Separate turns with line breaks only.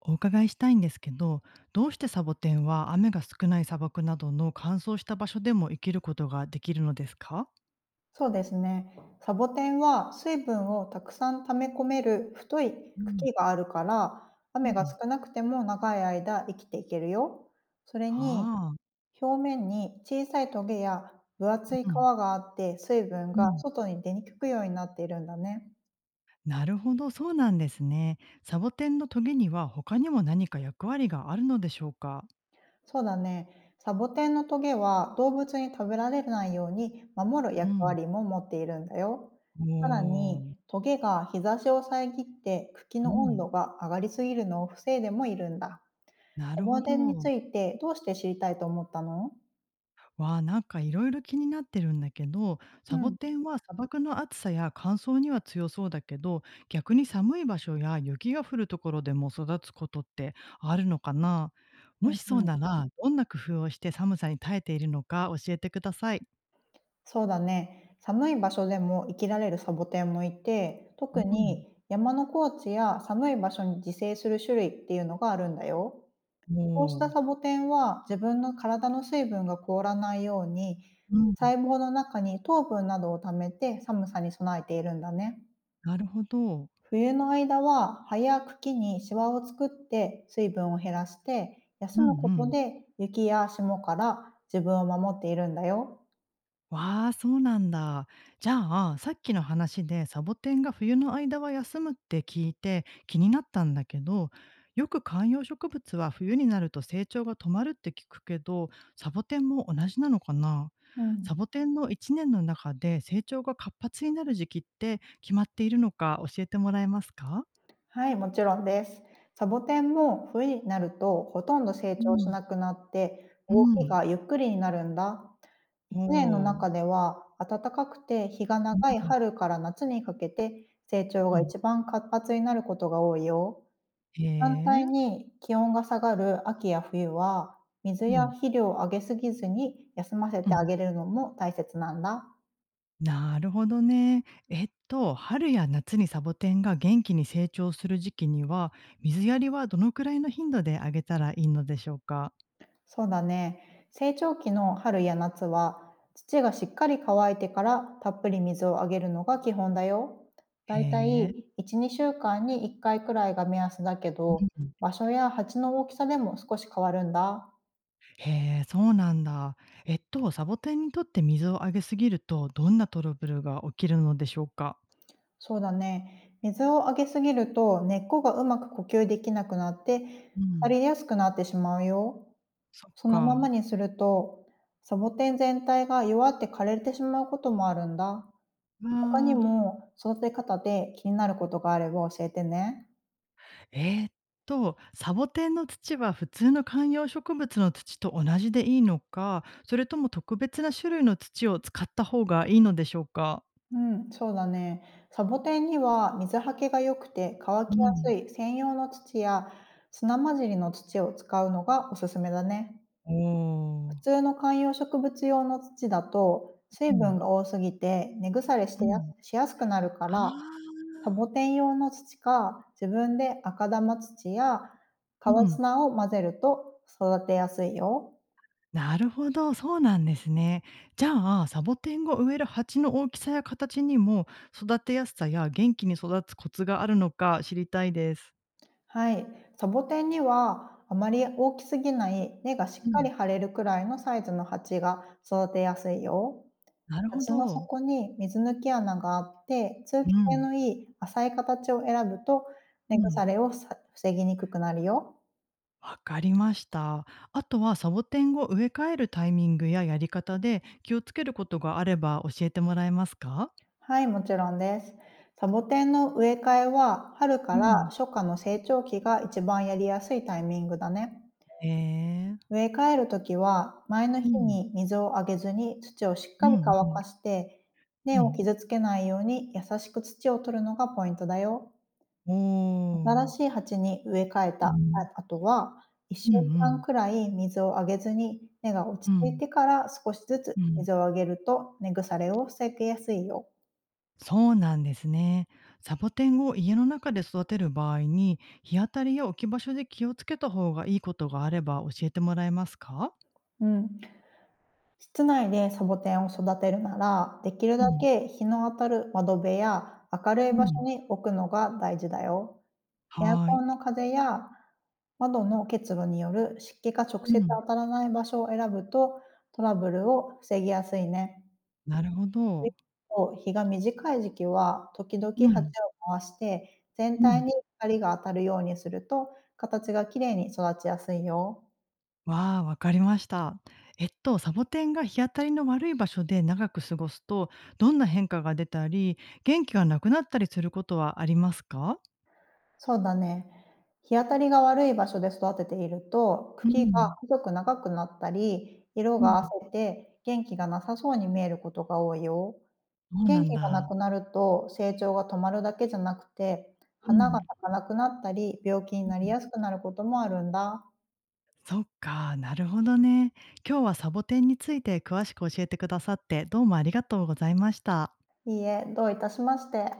お伺いしたいんですけど、どうしてサボテンは雨が少ない砂漠などの乾燥した場所でも生きることができるのですか？
そうですね。サボテンは水分をたくさん溜め込める太い
うん、
茎があるから、
う
雨が
ん、
少なくても長い間生きていけるよ。それに、
ああ、
表面に小さいトゲや分厚い皮
うん。
があって、水分
う
が
ん。
外に出にくくようになっているんだね。
なるほど、そうなんですね。サボテンのトゲには他にも何か役割があるのでしょうか？
そうだね。サボテンのトゲは動物に食べられないように守る
う
役
ん。
割も持っているんだよ。
お
さらに、
お。
トゲが日差しを遮って茎
う
の温度
ん。
が上がりすぎるのを防いでもいるんだ。
な
サ
るほ
ボテンに
ど。
ついてどうして知りたいと思ったの？
わあ、なんかいろいろ気になってるんだけど、
う
サボ
ん、
テンは砂漠の暑さや乾燥には強そうだけど、逆に寒い場所や雪が降るところでも育つことってあるのかな。
う
も
ん、
しそう
うん。
なら、どんな工夫をして寒さに耐えているのか教えてください。
そうだね。寒い場所でも生きられるサボテンもいて、特
うん、
に山の高地や寒い場所に自生する種類っていうのがあるんだよ。
も
こうした
う、
サボテンは自分の体の水分が凍らないように
うん、
細胞の中に糖分などを貯めて寒さに備えているんだね。
なるほど。
冬の間は葉や茎にシワを作って水分を減らして休
うんう
むこと
ん。
で雪や霜から自分を守っているんだよ。
わあ、そうなんだ。じゃあ、さっきの話でサボテンが冬の間は休むって聞いて気になったんだけど、よく観葉植物は冬になると成長が止まるって聞くけど、サボテンも同じなのかな。
う
サ
ん。
ボテンの1年の中で成長が活発になる時期って決まっているのか教えてもらえますか。
はい、もちろんです。サボテンも冬になるとほとんど成
う
長し
ん、
なくなって
う
動き
ん、
がゆっくりになるんだ。一年の
ほ
中
う。
では、暖かくて日が長い
うん。
春から夏にかけて成長
う
が
ん、
一番活発になることが多いよ。
へ
反
え。
対に気温が下がる秋や冬は、水
う
や
ん。
肥料をあげすぎずに休ませ
う
てあ
ん、
げるのも大切なんだ。
なるほどね。えっと、春や夏にサボテンが元気に成長する時期には、水やりはどのくらいの頻度であげたらいいのでしょうか？
そうだね。成長期の春や夏は、土がしっかり乾いてからたっぷり水をあげるのが基本だよ。
へ
だいたい
え。
1、2週間に1回くらいが目安だけ
う
ど、
ん。
場所や鉢の大きさでも少し変わるんだ。
へえ、そうなんだ。えっと、サボテンにとって水をあげすぎると、どんなトラブルが起きるのでしょうか？
そうだね。水をあげすぎると根っこがうまく呼吸できなくなって、
う
腐
ん。
りやすくなってしまうよ。
そっ
そのまま
か。
にすると、サボテン全体が弱って枯れてしまうこともあるんだ。
わ
他に
あ。
も育て方で気になることがあれば教えてね。
えーっサボテンの土は普通の観葉植物の土と同じでいいのか、それとも特別な種類の土を使った方がいいのでしょうか？
うん、そうだね。サボテンには水はけが良くて乾
う
きやす
ん。
い専用の土や砂混じりの土を使うのがおすすめだね。
おお。
普通の観葉植物用の土だと水
う
分
ん、
が多すぎて根腐れし
う
てや
ん。
しやすくなるか
あ
ら、サボ
あ、
テン用の土か自分で赤玉土や
う
川
ん、
砂を混ぜると育てやすいよ。
なるほど、そうなんですね。じゃあ、サボテンを植える鉢の大きさや形にも、育てやすさや元気に育つコツがあるのか知りたいです。
はい、サボテンにはあまり大きすぎない、根がしっ
う
かり
ん。
張れるくらいのサイズの鉢が育てやすいよ。
なるほ
鉢の
ど。
底に水抜き穴があって通
う
気性
ん、
のいい浅い形を選ぶと、根
う
腐
ん。
れを防ぎにくくなるよ。
わかりました。あとはサボテンを植え替えるタイミングややり方で気をつけることがあれば教えてもらえますか？
はい、もちろんです。サボテンの植え替えは、春か
う
ら
ん。
初夏の成長期が一番やりやすいタイミングだね。
へえ。
植え替えるときは、前の日
うん。
に水をあげずに土をしっ
う
かり
ん
乾
うん、
かして、根
う
を
ん。
傷つけないように優しく土を取るのがポイントだよ。
おお。
新しい鉢に植え替え
う
た
ん。
あ後は、1
うんう
週間
ん。
くらい水をあげずに根が落ち
う
着い
ん
てから少しずつ
うん。
水をあげると根腐れを防ぎやすいよ。
そうなんですね。サボテンを家の中で育てる場合に、日当たりや置き場所で気をつけた方がいいことがあれば教えてもらえますか？
うん。室内でサボテンを育てるなら、できる
う
だ
ん。
け日の当たる窓辺や明るい
う
場所
ん。
に置くのが大事だよ。エア
はー
コンの
い。
風や窓の結露による湿気が直
う
接
ん。
当たらない場所を選ぶと、トラブルを防ぎやすいね。
なるほ
一
ど。
方、日が短い時期は時
う
々鉢を
ん。
回して、全
う
体
ん。
に光が当たるようにすると、形がきれいに育ちやすいよ。
わあ、わかりました。えっと、サボテンが日当たりの悪い場所で長く過ごすと、どんな変化が出たり、元気がなくなったりすることはありますか？
そうだね。日当たりが悪い場所で育てていると、
う
茎が
ん、
細く長くなったり、色
うん。
が褪せて元気がなさそうに見えることが多いよ。
そうな
元
ん
気がな
だ。
くなると、成長が止まるだけじゃなくて、
う
花が
ん、
咲かなくなったり、病気にな
う
り
ん。
やすくなることもあるんだ。
そっか、なるほどね。今日はサボテンについて詳しく教えてくださって、どうもありがとうございました。
いいえ、どういたしまして。